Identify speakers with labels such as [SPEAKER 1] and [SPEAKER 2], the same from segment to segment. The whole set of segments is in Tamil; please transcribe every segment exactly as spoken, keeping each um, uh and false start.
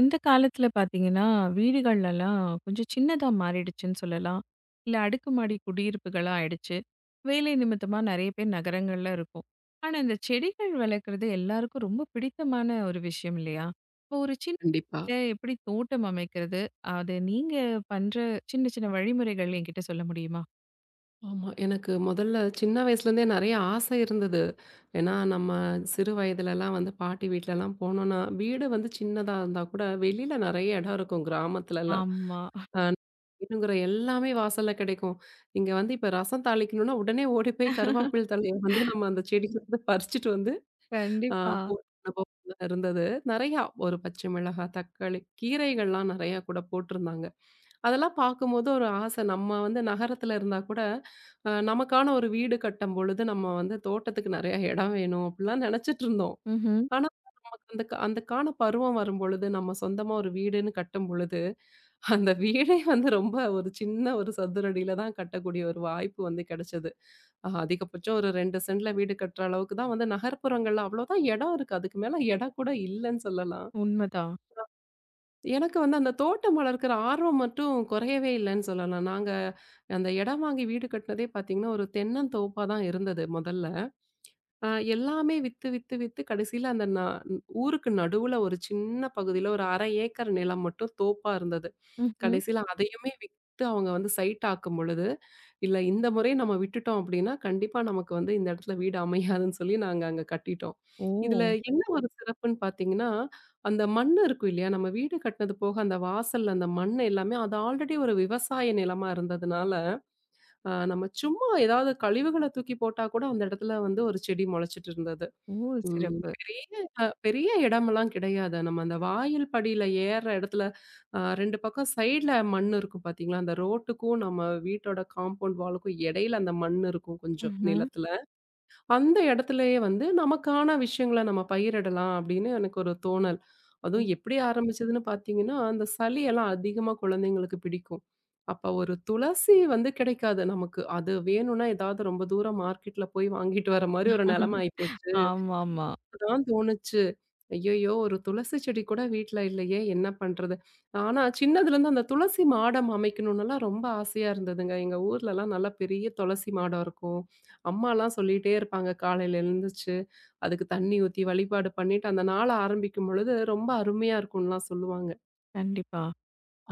[SPEAKER 1] இந்த காலத்துல பார்த்தீங்கன்னா, வீடுகள்லலாம் கொஞ்சம் சின்னதா மாறிடுச்சுன்னு சொல்லலாம். இல்ல அடுக்குமாடி குடியிருப்புகளா ஆயிடுச்சு. வேலை நிமித்தமா நெறைய பேர் நகரங்கள்ல இருக்கோம். ஆனா, இந்த செடிகள் வளர்க்குறது எல்லாருக்கும் ரொம்ப பிடித்தமான ஒரு விஷயம் இல்லையா? இப்போ ஒரு சின்ன
[SPEAKER 2] கண்டிப்பா.
[SPEAKER 1] வீட்ல எப்படி தோட்டம் அமைக்கிறது? அது நீங்க பண்ற சின்ன சின்ன வழிமுறைகள் என்கிட்ட சொல்ல முடியுமா?
[SPEAKER 2] ஆமா. எனக்கு முதல்ல சின்ன வயசுலேருந்தே நெறைய ஆசை இருந்தது. ஏன்னா நம்ம சிறு வயதுலலாம் வந்து பாட்டி வீட்லலாம் போனோம்னா, வீடு வந்து சின்னதா இருந்தா கூட வெளியில நெறைய இடம் இருக்கும் கிராமத்துலலாம்.
[SPEAKER 1] ஆமா.
[SPEAKER 2] அ வேணுங்கிற எல்லாமே வாசல்ல கிடைக்கும். இங்க வந்து இப்ப ரசம் தாளிக்கணும்னா, உடனே ஓடி போய் கருவாப்பில் தழைய வந்து நம்ம அந்த செடியில இருந்து பறிச்சுட்டு வந்து அ
[SPEAKER 1] கண்டிப்பா.
[SPEAKER 2] போட்ட அனுபவம் இருந்தது. நெறையா ஒரு பச்சை மிளகாய், தக்காளி, கீரைகள்லாம் நெறையா கூட போட்டிருந்தாங்க. அதெல்லாம் பார்க்கும்போது ஒரு ஆசை. நம்ம வந்து நகரத்துல இருந்தா கூட, அ நமக்கான ஒரு வீடு கட்டம்பொழுது, நம்ம வந்து தோட்டத்துக்கு நெறையா இடம் வேணும் அப்டிலாம் நெனச்சிட்டு இருந்தோம்.
[SPEAKER 1] ம்ஹ்ம்.
[SPEAKER 2] ஆனா, நமக்கு அந்த க அந்த கான பருவம் வரும்பொழுது, நம்ம சொந்தமா ஒரு வீடுன்னு கட்டும்பொழுது அந்த வீடே வந்து ரொம்ப ஒரு சின்ன ஒரு சதுரடியில தான் கட்டக்கூடிய ஒரு வாய்ப்பு வந்து கிடைச்சது. அ அதிகபட்சம் ஒரு ரெண்டு சென்ட்ல வீடு கட்டுற அளவுக்கு தான் வந்து நகர்ப்புறங்கள்ல அவ்வளோதான் இடம் இருக்கு. அதுக்கு மேல இடம் கூட இல்லன்னு சொல்லலாம்.
[SPEAKER 1] உண்மதான்.
[SPEAKER 2] எனக்கு வந்து அந்த தோட்டம் வளர்க்கிற ஆர்வம் மட்டும் குறையவே இல்லன்னு சொல்லலாம். நாங்க அந்த இடம் வாங்கி வீடு கட்டினதே பார்த்தீங்கன்னா, ஒரு தென்னந்தோப்பா தான் இருந்தது முதல்ல. ஆ எல்லாமே வித்து, வித்து, வித்து கடைசியில அந்த நா ஊருக்கு நடுவுல ஒரு சின்ன பகுதியில ஒரு அரை ஏக்கர் நிலம் மட்டும் தோப்பா இருந்தது.
[SPEAKER 1] ம்ஹ்ம்.
[SPEAKER 2] கடைசியில அதையுமே வித்து அவங்க வந்து சைட் ஆக்கும் பொழுது, இல்ல இந்த முறை நம்ம விட்டுட்டோம் அப்படின்னா, கண்டிப்பா நமக்கு வந்து இந்த இடத்துல வீடு அமையாதுன்னு சொல்லி நாங்க அங்க கட்டிட்டோம். இதுல
[SPEAKER 1] ஓ!
[SPEAKER 2] என்ன ஒரு சிறப்புன்னு பார்த்தீங்கன்னா, அந்த மண் இருக்கும் இல்லையா? நம்ம வீடு கட்டினது போக அந்த வாசல்ல அந்த மண் எல்லாமே அது ஆல்ரெடி ஒரு விவசாய நிலமா இருந்ததுனால, அ நம்ம சும்மா ஏதாவது கழிவுகள தூக்கி போட்டா கூட அந்த இடத்துல வந்து ஒரு செடி முளைச்சிட்டு இருந்தது.
[SPEAKER 1] ஓ!
[SPEAKER 2] ம்
[SPEAKER 1] சிறப்பு.
[SPEAKER 2] பெரிய அ பெரிய இடமெல்லாம் கிடையாது. நம்ம அந்த வாயில் படியில ஏறுற இடத்துல அ ரெண்டு பக்கம் சைட்ல மண் இருக்கும் பார்த்தீங்களா? அந்த ரோட்டுக்கும் நம்ம வீட்டோட காம்பவுண்ட் வாலுக்கும் இடையில அந்த மண் இருக்கும் கொஞ்சம்
[SPEAKER 1] ம்ஹ்ம்.
[SPEAKER 2] நிலத்துல. அந்த இடத்துலயே வந்து நமக்கான விஷயங்கள நம்ம பயிரிடலாம் அப்படின்னு எனக்கு ஒரு தோணல். அதுவும் எப்படி ஆரம்பிச்சதுன்னு பார்த்தீங்கன்னா, அந்த சளி எல்லாம் அதிகமா குழந்தைங்களுக்கு பிடிக்கும். அப்ப ஒரு துளசி வந்து கிடைக்காது நமக்கு. அது வேணும்னா ஏதாவது ரொம்ப தூரம் மார்க்கெட்ல போய் வாங்கிட்டு வர மாரி ஒரு நிலைமை ஆயிப்போச்சு.
[SPEAKER 1] ஆமாமா.
[SPEAKER 2] அப்பதான் தோணுச்சு. ஐயய்யோ! ஒரு துளசி செடி கூட வீட்ல இல்லையே! என்ன பண்றது? ஆனா சின்னதுலேருந்து அந்த துளசி மாடம் அமைக்கணும்னுலாம் ரொம்ப ஆசையா இருந்ததுங்க. எங்க ஊர்லலாம் நல்லா பெரிய துளசி மாடம் இருக்கும். அம்மாலாம் சொல்லிட்டே இருப்பாங்க காலையில எழுந்துச்சு. அதுக்கு தண்ணி ஊத்தி வழிபாடு பண்ணிட்டு, அந்த நாள ஆரம்பிக்கும் பொழுது ரொம்ப அருமையா இருக்கும்லாம் சொல்லுவாங்க.
[SPEAKER 1] கண்டிப்பா.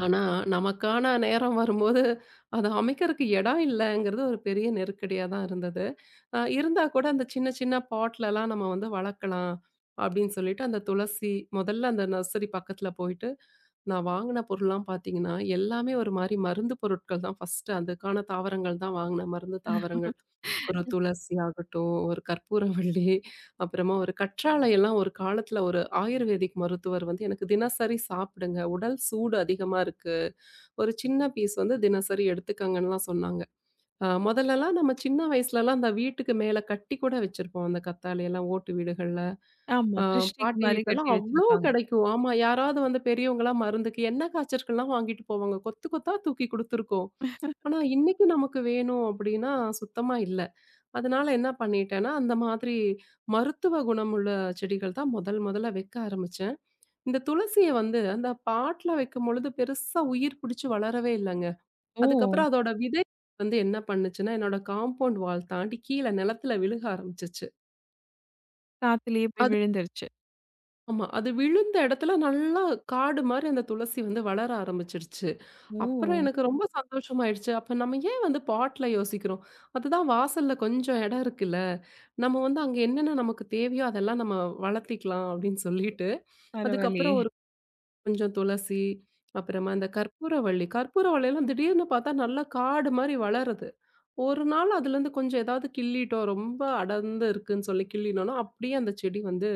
[SPEAKER 2] ஆனா, நமக்கான நேரம் வரும்போது, அத அமைக்கிறதுக்கு இடம் இல்லங்கிறது ஒரு பெரிய நெருக்கடியா தான் இருந்தது. அ இருந்தா கூட அந்த சின்ன சின்ன பாட்லலாம் நம்ம வந்து வளர்க்கலாம். அப்படின்னு சொல்லிட்டு அந்த துளசி முதல்ல அந்த நர்சரி பக்கத்துல போயிட்டு நான் வாங்குன பொருள்லாம் பார்த்தீங்கன்னா, எல்லாமே ஒரு மாரி மருந்து பொருட்கள் தான் ஃபர்ஸ்ட்டு அதுக்கான தாவரங்கள் தான் வாங்குனேன். மருந்து தாவரங்கள். ஒரு துளசி ஆகட்டும், ஒரு கற்பூரவள்ளி, அப்புறமா ஒரு கற்றாழை எல்லாம் ஒரு காலத்துல ஒரு ஆயுர்வேதிக் மருத்துவர் வந்து எனக்கு தினசரி சாப்பிடுங்க. உடல் சூடு அதிகமா இருக்கு. ஒரு சின்ன பீஸ் வந்து தினசரி எடுத்துக்கங்கன்னுலாம் சொன்னாங்க. அ முதல்லலாம் நம்ம சின்ன வயசுலலாம் அந்த வீட்டுக்கு மேல கட்டி கூட வச்சிருப்போம் அந்த கத்தாழையெல்லாம் ஓட்டு வீடுகள்ல.
[SPEAKER 1] ஆமா.
[SPEAKER 2] ஆ
[SPEAKER 1] திருஷ்டிக்கு
[SPEAKER 2] பாட்டி
[SPEAKER 1] மாரி
[SPEAKER 2] வீட்லலாம்
[SPEAKER 1] கட்டி
[SPEAKER 2] அவ்ளோ
[SPEAKER 1] வச்சிருப்பாங்க.
[SPEAKER 2] கிடைக்கும். ஆமா. யாராவது வந்து பெரியவங்களா மருந்துக்கு என்ன காய்ச்சலுக்குலாம் வாங்கிட்டு போவாங்க. கொத்து கொத்தா தூக்கி குடுத்துருக்கோம். ஆனா, இன்னைக்கு நமக்கு வேணும் அப்டின்னா சுத்தமா இல்ல. அதனால என்ன பண்ணிட்டேன்னா, அந்த மாதிரி மருத்துவ குணமுள்ள செடிகள் தான் முதல் முதல்ல வைக்க ஆரம்பிச்சேன். இந்த துளசிய வந்து அந்த பாட்ல வைக்கும்பொழுது பெருசா உயிர் பிடிச்சு வளரவே இல்லங்க.
[SPEAKER 1] ஓ!
[SPEAKER 2] அதுக்கப்புறம் அதோட விதை வந்து என்ன பண்ணுச்சுன்னா, என்னோட காம்பவுண்ட் வால் தாண்டி கீழ நிலத்துல விழுக ஆரம்பிச்சுச்சு.
[SPEAKER 1] காத்துலயே போய்
[SPEAKER 2] அது
[SPEAKER 1] விழுந்துருச்சு.
[SPEAKER 2] ஆமா. அது விழுந்த இடத்துல நல்லா காடு மாரி அந்த துளசி வந்து வளர ஆரம்பிச்சுருச்சு. அப்புறம்
[SPEAKER 1] ஓ!
[SPEAKER 2] எனக்கு ரொம்ப சந்தோஷமாயிடுச்சு. அப்ப நம்ம ஏன் வந்து பாட்ல யோசிக்கிறோம்? அதுதான் வாசல்ல கொஞ்சம் இடம் இருக்குல்ல. நம்ம வந்து அங்க என்னென்ன நமக்கு தேவையோ அதெல்லாம் நம்ம வளர்த்திக்கலாம் அப்படின்னு சொல்லிட்டு,
[SPEAKER 1] பரவாயில்லயே!
[SPEAKER 2] அதுக்கப்புறம் ஒரு கொஞ்சம் துளசி, அப்புறமா இந்த கற்பூரவள்ளி. கற்பூரவள்ளிலாம் திடீர்னு பார்த்தா நல்லா காடு மாரி வளருது. ஒரு நாள் அதுலேருந்து கொஞ்சம் ஏதாவது கிள்ளிட்டோம். ரொம்ப அடர்ந்து இருக்குன்னு சொல்லி கிள்ளினோம்னா, அப்படியே அந்த செடி வந்து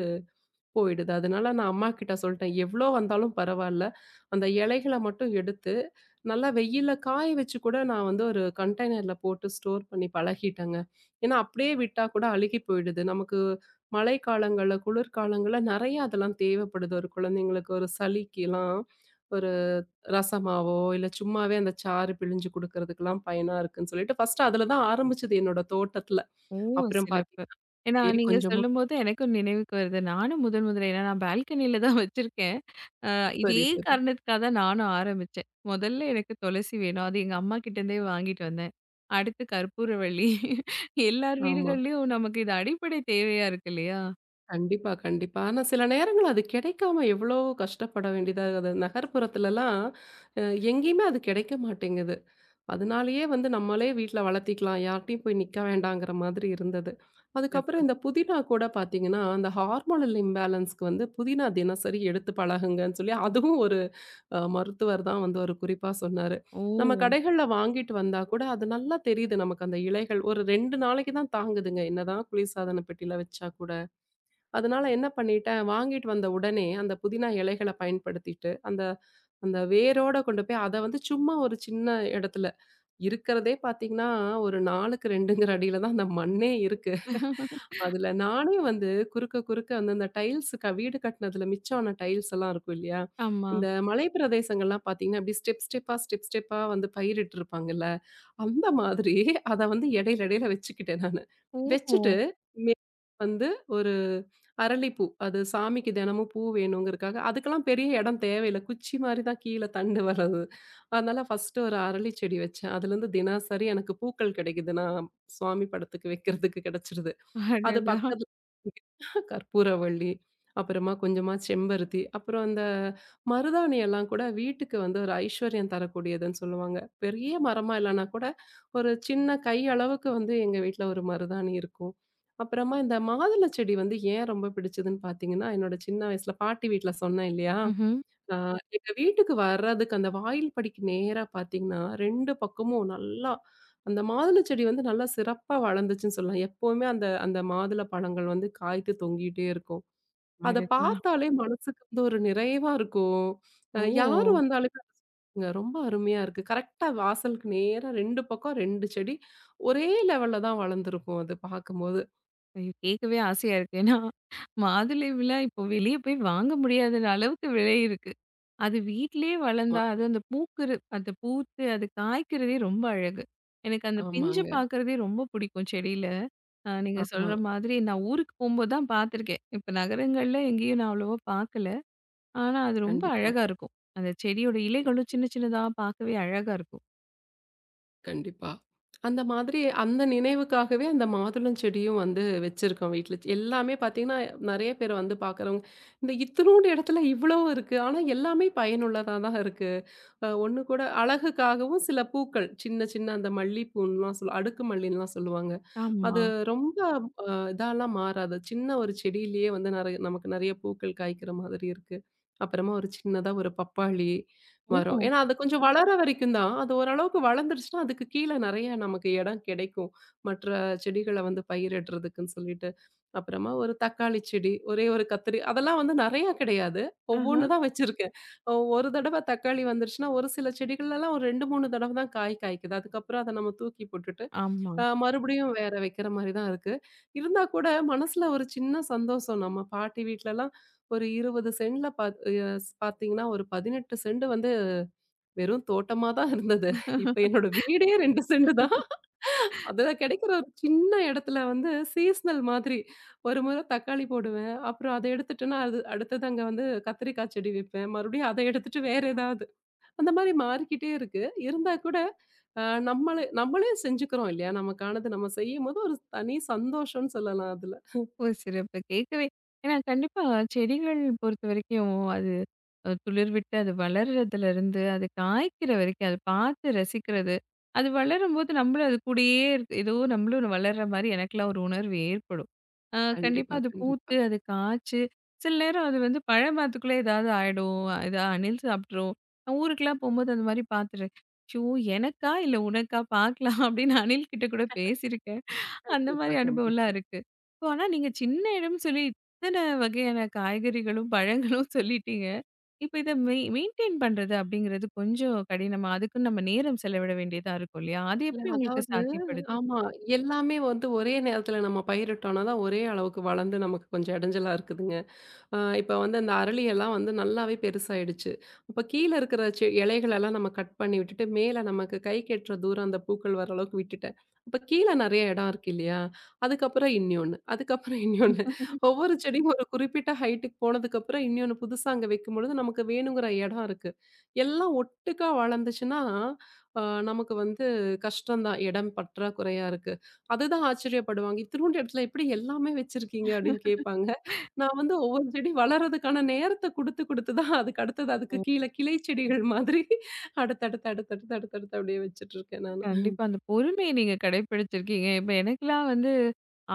[SPEAKER 2] போயிடுது. அதனால நான் அம்மாகிட்ட சொல்ட்டேன். எவ்ளோ வந்தாலும் பரவால்ல. அந்த இலைகள மட்டும் எடுத்து, நல்லா வெயில்ல காய வச்சு கூட நான் வந்து ஒரு கண்டெய்னர்ல போட்டு ஸ்டோர் பண்ணி பழகிட்டேங்க. ஏன்னா, அப்படியே விட்டா கூட அழுகி போயிடுது. நமக்கு மழைக்காலங்கள்ல, குளிர்காலங்கள்ல நெறைய அதெல்லாம் தேவைப்படுது. ஒரு குழந்தைங்களுக்கு ஒரு சளிக்கிலாம் ஒரு ரசமாவோ, இல்ல சும்மாவே அந்த சாறு பிழிஞ்சு குடுக்கறதுக்கெல்லாம் பயனா இருக்குன்னு சொல்லிட்டு, ஃபர்ஸ்ட்டு அதுல தான் ஆரம்பிச்சது என்னோட தோட்டத்துல.
[SPEAKER 1] ஓ!
[SPEAKER 2] அப்புறம் பாத்தீங்கன்னா,
[SPEAKER 1] சிறப்பு. ஏன்னா, நீங்க
[SPEAKER 2] கொஞ்சமா
[SPEAKER 1] சொல்லும்போது எனக்கும் நினைவுக்கு வருது. நானும் முதல் முதல்ல ஏன்னா நான் பால்கனில தான் வச்சிருக்கேன். அ இதே
[SPEAKER 2] சரி, சரி.
[SPEAKER 1] காரணத்துக்காக தான் நானும் ஆரம்பிச்சேன். முதல்ல எனக்கு துளசி வேணும். அது எங்க அம்மா கிட்டேருந்தே வாங்கிட்டு வந்தேன். அடுத்து கற்பூரவள்ளி எல்லார்
[SPEAKER 2] ஆமா.
[SPEAKER 1] வீடுகள்லயும் நமக்கு இது அடிப்படை தேவையா இருக்கு இல்லையா?
[SPEAKER 2] கண்டிப்பா, கண்டிப்பா. ஆனா சில நேரங்கள்ல அது கிடைக்காம எவ்வளோ கஷ்டப்பட வேண்டியதா இருக்குது. நகர்ப்புறத்துலலாம் அ எங்கேயுமே அது கிடைக்க மாட்டேங்குது. அதனாலேயே வந்து நம்மளே வீட்ல வளர்த்திக்கலாம். யார்ட்டயும் போய் நிக்க வேண்டாங்கிற மாதிரி இருந்தது.
[SPEAKER 1] சிறப்பு.
[SPEAKER 2] அதுக்கப்புறம் இந்த புதினா கூட பார்த்தீங்கன்னா, அந்த ஹார்மோனல் இம்பேலன்ஸ்க்கு வந்து புதினா தினசரி எடுத்து பழகுங்கன்னு சொல்லி அதுவும் ஒரு அ மருத்துவர் தான் வந்து ஒரு குறிப்பா சொன்னாரு. நம்ம
[SPEAKER 1] ஓ!
[SPEAKER 2] கடைகள்ல வாங்கிட்டு வந்தா கூட அது நல்லா தெரியுது நமக்கு அந்த இலைகள். ஒரு ரெண்டு நாளைக்கு தான் தாங்குதுங்க. என்னதான் குளிர்சாதன பெட்டியில வச்சா கூட. அதனால என்ன பண்ணிட்டேன், வாங்கிட்டு வந்த உடனே அந்த புதினா இலைகள பயன்படுத்திட்டு, அந்த அந்த வேரோட கொண்டு போய் அத வந்து சும்மா ஒரு சின்ன இடத்துல இருக்கிறதே பார்த்தீங்கன்னா, ஒரு 4க்கு 2ங்கிற அடியில தான் அந்த மண்ணே இருக்கு. அதுல நானே வந்து குறுக்க குறுக்க வந்து அந்த டைல்ஸ் க வீடு கட்டினதுல மிச்சமான டைல்ஸ் எல்லாம் இருக்கும் இல்லையா?
[SPEAKER 1] ஆமா.
[SPEAKER 2] இந்த மலை பிரதேசங்கள்லாம் பார்த்தீங்கன்னா, அப்படியே ஸ்டெப் ஸ்டெப்பா, ஸ்டெப் ஸ்டெப்பா வந்து பயிரிட்டுருப்பாங்கல்ல. அந்த மாதிரி அத வந்து இடையில இடையில வச்சுக்கிட்டேன் நானு. வச்சுட்டு
[SPEAKER 1] ஓ!
[SPEAKER 2] மே வந்து ஒரு அரளிப்பூ, அது சாமிக்கு தினமும் பூ வேணுங்கிறதுக்காக அதுக்கெல்லாம் பெரிய இடம் தேவையில்ல. குச்சி மாரி தான் கீழ தண்டு வர்றது. அதனால ஃபர்ஸ்ட்டு ஒரு அரளி செடி வச்சேன். அதுலேருந்து தினசரி எனக்கு பூக்கள் கிடைக்குது. நான் சுவாமி படத்துக்கு வைக்கிறதுக்கு கிடைச்சிருது. அது
[SPEAKER 1] அடடா!
[SPEAKER 2] பக்கத்துல கற்பூரவள்ளி, அப்புறமா கொஞ்சமா செம்பருத்தி, அப்புறம் அந்த மருதாணி எல்லாம் கூட வீட்டுக்கு வந்து ஒரு ஐஸ்வர்யம் தரக்கூடியதுன்னு சொல்லுவாங்க. பெரிய மரமா இல்லன்னா கூட, ஒரு சின்ன கை அளவுக்கு வந்து எங்க வீட்ல ஒரு மருதாணி இருக்கும். அப்புறமா இந்த மாதுளை செடி வந்து ஏன் ரொம்ப பிடிச்சதுன்னு பார்த்தீங்கன்னா, என்னோட சின்ன வயசுல பாட்டி வீட்ல சொன்னேன் இல்லையா?
[SPEAKER 1] ம்ஹ்ம்.
[SPEAKER 2] ஆ எங்க வீட்டுக்கு வர்றதுக்கு அந்த வாயில் படிக்கு நேரா பார்த்தீங்கன்னா, ரெண்டு பக்கமும் நல்லா அந்த மாதுளை செடி வந்து நல்லா சிறப்பா வளர்ந்துச்சுன்னு சொல்லலாம். எப்பவுமே அந்த அந்த மாதுளை பழங்கள் வந்து காய்த்து தொங்கிட்டே இருக்கும். அத
[SPEAKER 1] அடடா!
[SPEAKER 2] பார்த்தாலே மனசுக்கு வந்து ஒரு நிறைவா இருக்கும். அ
[SPEAKER 1] ஓ!
[SPEAKER 2] யாரு வந்தாலுமே "இங்க ரொம்ப அருமையா இருக்கு. கரெக்ட்டா வாசலுக்கு நேரா ரெண்டு பக்கம் ரெண்டு செடி ஒரே லெவல்ல தான் வளர்ந்திருக்கும் அது பார்க்கும்போது.
[SPEAKER 1] ஐயோ! கேட்கவே ஆசையா இருக்கு. ஏன்னா, மாதுளை விலாம் இப்போ வெளிய போய் வாங்க முடியாத அளவுக்கு விலை இருக்கு. அது வீட்லயே
[SPEAKER 2] ஆமா,
[SPEAKER 1] வளர்ந்தா, அது அந்த பூக்குற அந்த பூத்து அது காய்க்கிறதே ரொம்ப அழகு. எனக்கு அந்த பிஞ்சு
[SPEAKER 2] ஆமாங்க.
[SPEAKER 1] பார்க்குறதே ரொம்ப பிடிக்கும் செடியில. அ நீங்க
[SPEAKER 2] ஆமா,
[SPEAKER 1] சொல்ற மாதிரி நான் ஊருக்கு போம்போது தான் பார்த்துருக்கேன். இப்ப நகரங்கள்ல எங்கேயும் நான் அவ்வளவா பார்க்கல. ஆனா, அது ரொம்ப
[SPEAKER 2] கண்டிப்பா.
[SPEAKER 1] அழகா இருக்கும். அந்த செடியோட இலைகளும் சின்ன சின்னதா பார்க்கவே அழகா இருக்கும்.
[SPEAKER 2] கண்டிப்பா. அந்த மாதிரி அந்த நினைவுக்காகவே அந்த மாதுளம் செடியும் வந்து வச்சிருக்கோம் வீட்ல. எல்லாமே பார்த்தீங்கன்னா, நெறைய பேர் வந்து பார்க்குறவங்க, இந்த இத்துணூண்டு இடத்துல இவ்வளோ இருக்கு. ஆனா எல்லாமே பயனுள்ளதா தான் இருக்கு. அ ஒண்ணு கூட அழகுக்காகவும் சில பூக்கள், சின்ன சின்ன அந்த மல்லிப்பூன்லாம் சொல் அடுக்கு மல்லின்லாம் சொல்லுவாங்க.
[SPEAKER 1] ஆமா.
[SPEAKER 2] அது ரொம்ப அ இதாலாம் மாறாது. சின்ன ஒரு செடியிலேயே வந்து நெறைய நமக்கு நெறைய பூக்கள் காய்க்கிற மாதிரி இருக்கு. அப்புறமா ஒரு சின்னதா ஒரு பப்பாளி மரம்.
[SPEAKER 1] ஓ!
[SPEAKER 2] ஏன்னா, அது கொஞ்சம் வளர வரைக்கும் தான். அது ஓரளவுக்கு வளர்ந்துருச்சுன்னா, அதுக்கு கீழ நெறைய நமக்கு இடம் கிடைக்கும். மற்ற செடிகள வந்து பயிரிடுறதுக்குன்னு சொல்லிட்டு. அப்புறமா ஒரு தக்காளி செடி, ஒரே ஒரு கத்திரி அதெல்லாம் வந்து நெறையா கிடையாது.
[SPEAKER 1] ஆஹ.
[SPEAKER 2] ஒவ்வொன்னு தான் வச்சிருக்கேன். ஓ! ஒரு தடவ தக்காளி வந்துருச்சுன்னா, ஒரு சில செடிகள்லலாம் ஒரு ரெண்டு, மூணு தடவ தான் காய் காய்க்குது. அதுக்கப்புறம் அத நம்ம தூக்கி போட்டுட்டு,
[SPEAKER 1] ஆமா.
[SPEAKER 2] அ மறுபடியும் வேற வைக்கிற மாரி தான் இருக்கு. இருந்தா கூட மனசுல ஒரு சின்ன சந்தோஷம். நம்ம பாட்டி வீட்லலாம் ஒரு இருபது சென்ட்ல பாத் அ பாத்தீங்கன்னா, ஒரு பதினெட்டு சென்ட் வந்து வெறும் தோட்டமா தான் இருந்தது. இப்ப என்னோட வீடே ரெண்டு சென்ட் தான். அதுல கிடைக்கிற ஒரு சின்ன இடத்துல வந்து சீசனல் மாதிரி. ஒரு முறை தக்காளி போடுவேன். அப்புறம் அத எடுத்துட்டேன்னா, அது அடுத்தது அங்க வந்து கத்திரிக்காய் செடி வைப்பேன். மறுபடியும் அத எடுத்துட்டு வேற ஏதாவது. அந்த மாரி மாறிக்கிட்டே இருக்கு. இருந்தா கூட அ நம்மளே நம்மளே செஞ்சுக்கிறோம் இல்லையா? நமக்கானது நம்ம செய்யும்போது ஒரு தனி சந்தோஷம்னு சொல்லலாம் அதுல.
[SPEAKER 1] ஓ! சிறப்பு. கேட்கவே ஏன்னா கண்டிப்பா செடிகள் பொறுத்தவரைக்கும் அது அ துளிர்விட்டு அது வளர்றதுலருந்து, அது காய்க்கிற வரைக்கும், அது பார்த்து ரசிக்கிறது. அது வளரும்போது நம்மளும் அது கூடயே இருக் ஏதோ நம்மளும் ஒரு வளர்ற மாரி எனக்கெல்லாம் ஒரு உணர்வு ஏற்படும். அ கண்டிப்பா
[SPEAKER 2] கண்டிப்பா,
[SPEAKER 1] அது
[SPEAKER 2] கண்டிப்பா.
[SPEAKER 1] பூத்து, அது காய்ச்சு, சில நேரம் அது வந்து பழமரத்துக்குள்ளே ஏதாவது ஆயிடும். ஏதா அணில் சாப்பிட்டுரும். நான் ஊருக்கெல்லாம் போம்போது அந்த மாரி பார்த்துருக்கேன். "ஐயோ! எனக்கா? இல்ல உனக்கா? பார்க்கலாம்." அப்படின்னு அணில் கிட்ட கூட பேசியிருக்கேன். அந்த
[SPEAKER 2] கண்டிப்பா,
[SPEAKER 1] மாரி அனுபவம்லாம்
[SPEAKER 2] கண்டிப்பா.
[SPEAKER 1] இருக்கு. இப்போ ஆனா நீங்க சின்ன இடம்னு சொல்லி இத்தன வகையான காய்கறிகளும், பழங்களும் சொல்லிட்டீங்க. இப்ப இத மெய் மெயின்டெயின் பண்றது அப்படிங்கிறது கொஞ்சம் கடினமா, அதுக்குன்னு நம்ம நேரம் செலவிட வேண்டியதா இருக்கும் இல்லையா? அது
[SPEAKER 2] இல்ல
[SPEAKER 1] எப்படி உங்களுக்கு
[SPEAKER 2] அதாவது
[SPEAKER 1] சாத்தியப்படுது?
[SPEAKER 2] ஆமா. எல்லாமே வந்து ஒரே நேரத்துல நம்ம பயிரிட்டோம்னா தான் ஒரே அளவுக்கு வளர்ந்து நமக்கு கொஞ்சம் இடைஞ்சலா இருக்குதுங்க. அ இப்ப வந்து அந்த அரளி எல்லாம் வந்து நல்லாவே பெருசாயிடுச்சு. அப்ப கீழ இருக்கிற செ இலைகளெல்லாம் நம்ம கட் பண்ணி விட்டுட்டு, மேல நமக்கு கைக்கு எட்டுற தூரம் அந்த பூக்கள் வர அளவுக்கு விட்டுட்டேன். அப்ப கீழ நெறைய இடம் இருக்கு இல்லையா? அதுக்கப்புறம் இன்னியொன்னு, அதுக்கப்புறம் இன்னியொன்னு. ஒவ்வொரு செடியும் ஒரு குறிப்பிட்ட ஹைட்டுக்கு போனதுக்கப்புறம் இன்னியொன்னு புதுசா அங்க வைக்கும்பொழுது, நமக்கு வேணுங்கிற இடம் இருக்கு. எல்லாம் ஒட்டுக்கா வளர்ந்துச்சுன்னா, அ நமக்கு வந்து கஷ்டம் தான். இடம் பற்றாக்குறையா இருக்கு. அதுதான் ஆச்சரியப்படுவாங்க. "இத்துணூண்டு இடத்துல எப்படி எல்லாமே வச்சிருக்கீங்க?" அப்படின்னு கேட்பாங்க. நான் வந்து ஒவ்வொரு செடி வளர்றதுக்கான நேரத்த குடுத்து, குடுத்து தான் அதுக்கு அடுத்தது அதுக்கு கீழ கிளை செடிகள் மாதிரி அடுத்தடுத்து, அடுத்தடுத்து, அடுத்தடுத்து அப்படியே வச்சுட்டு இருக்கேன் நானு.
[SPEAKER 1] கண்டிப்பா. அந்த பொறுமைய நீங்க கடைப்பிடிச்சிருக்கீங்க. இப்ப எனக்கெல்லாம் வந்து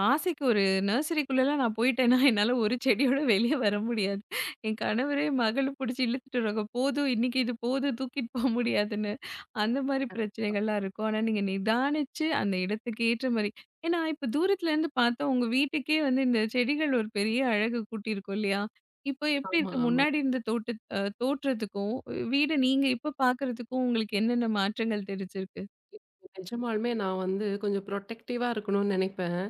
[SPEAKER 1] ஆசைக்கு ஒரு நர்சரிக்குள்ளலாம் நான் போயிட்டேன்னா, என்னால ஒரு செடியோட வெளிய வர முடியாது. என் கணவரே மகள புடிச்சு இழுத்துட்டு வருவாங்க. போதும் இன்னைக்கு இது போதும் தூக்கிட்டு போ முடியாதுன்னு. அந்த மாரி பிரச்சனைகள்லாம் இருக்கும். ஆனா நீங்க நிதானிச்சு அந்த இடத்துக்கு ஏற்ற மாரி ஏன்னா இப்ப தூரத்துலருந்து பார்த்தா உங்க வீட்டுக்கே வந்து இந்த செடிகள் ஒரு பெரிய அழகு கூட்டியிருக்கும் இல்லையா? இப்போ எப்படி
[SPEAKER 2] ஆமா,
[SPEAKER 1] இருக்கு?
[SPEAKER 2] ஆமா.
[SPEAKER 1] முன்னாடி இருந்த தோட்ட அ தோற்றத்துக்கும், வீட நீங்க இப்ப பார்க்கறதுக்கும் உங்களுக்கு என்னென்ன மாற்றங்கள் தெரிஞ்சிருக்கு?
[SPEAKER 2] நிஜமாலுமே நான் வந்து கொஞ்சம் புரொடெக்டிவா இருக்கணும்னு நெனைப்பேன்.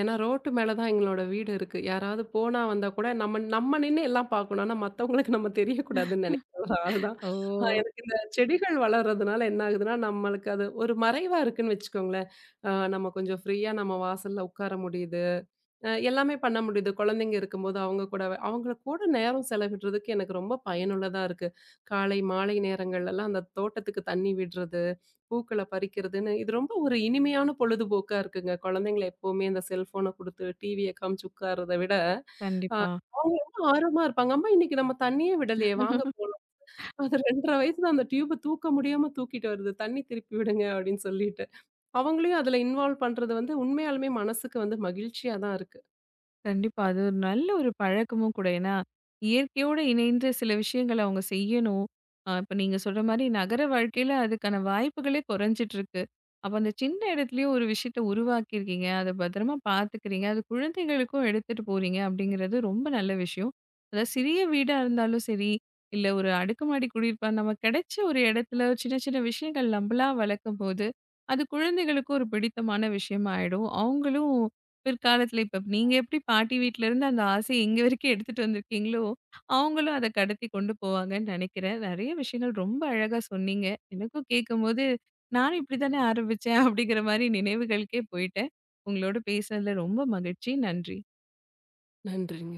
[SPEAKER 2] ஏன்னா ரோட்டு மேல தான் எங்களோட வீடு இருக்கு. யாராவது போனா வந்தா கூட நம்ம நம்ம நின்னு எல்லாம் பார்க்கணும். ஆனா மத்தவங்களுக்கு நம்ம தெரியக்கூடாதுன்னு நெனைக்கிற ஒரு ஆள் தான். அ
[SPEAKER 1] ஓ!
[SPEAKER 2] எனக்கு இந்த செடிகள் வளர்றதுனால என்ன ஆகுதுன்னா, நம்மளுக்கு அது ஒரு மறைவா இருக்குன்னு வச்சுக்கோங்களேன். அ நம்ம கொஞ்சம் ஃப்ரீயா நம்ம வாசல்ல உட்கார முடியுது. அ எல்லாமே பண்ண முடியுது. குழந்தைங்க இருக்கும்போது அவங்க கூட அவங்க கூட நேரம் செலவிடுறதுக்கு எனக்கு ரொம்ப பயனுள்ளதா இருக்கு. காலை, மாலை நேரங்கள்லலாம் அந்த தோட்டத்துக்கு தண்ணி விடுறது, பூக்கள பறிக்கிறதுன்னு இது ரொம்ப ஒரு இனிமையான பொழுதுபோக்கா இருக்குங்க. குழந்தைங்கள எப்பவுமே இந்த செல்ஃபோன குடுத்து, டிவிய காமிச்சு உட்கார்றத விட, அ
[SPEAKER 1] கண்டிப்பா,
[SPEAKER 2] அவங்க ரொம்ப ஆர்வமா இருப்பாங்க. அம்மா இன்னைக்கு நம்ம தண்ணியே விடலையே வாங்க போலாம். அது ரெண்டு அரை வயசுல அந்த டியூப தூக்க முடியாம தூக்கிட்டு வருது. தண்ணி திருப்பி விடுங்க அப்படின்னு சொல்லிட்டு. அவங்களையும் அதுல இன்வால்வ் பண்றது வந்து உண்மையாலுமே மனசுக்கு வந்து மகிழ்ச்சியா தான் இருக்கு.
[SPEAKER 1] கண்டிப்பா. அது ஒரு நல்ல ஒரு பழக்கமும் கூட. ஏன்னா, இயற்கையோடு இணைந்து சில விஷயங்கள அவங்க செய்யணும். அ இப்ப நீங்க சொல்ற மாரி நகர வாழ்க்கையில அதுக்கான வாய்ப்புகளே குறைஞ்சிட்டுருக்கு. அப்ப அந்த சின்ன இடத்துலயே ஒரு விஷயத்த உருவாக்கியிருக்கீங்க. அத பத்திரமா பார்த்துக்கிறீங்க. அது குழந்தைகளுக்கும் எடுத்துட்டு போறீங்க அப்படிங்கிறது ரொம்ப நல்ல விஷயம். அதாவது சிறிய வீடா இருந்தாலும் சரி, இல்ல ஒரு அடுக்குமாடி குடியிருப்பா நமக்கு கிடைச்ச ஒரு இடத்துல சின்ன சின்ன விஷயங்கள் நம்பளா வளர்க்கும்போது, அது குழந்தைகளுக்கும் ஒரு பிடித்தமான விஷயமா ஆயிடும். அவங்களும் பிற்காலத்துல இப்ப நீங்க எப்படி பாட்டி வீட்ல இருந்து அந்த ஆசைய இங்க வரைக்கும் எடுத்துட்டு வந்திருக்கீங்களோ, அவங்களும் அத கடத்தி கொண்டு போவாங்கன்னு நெனைக்கிறேன். நெறைய விஷயங்கள் ரொம்ப அழகா சொன்னீங்க. எனக்கும் கேட்கும்போது, நானும் இப்படித்தானே ஆரம்பிச்சேன் அப்படிங்கிற மாரி நினைவுகளுக்கே போயிட்டேன். உங்களோட பேசுனதுல ரொம்ப மகிழ்ச்சி. நன்றி.
[SPEAKER 2] நன்றிங்க.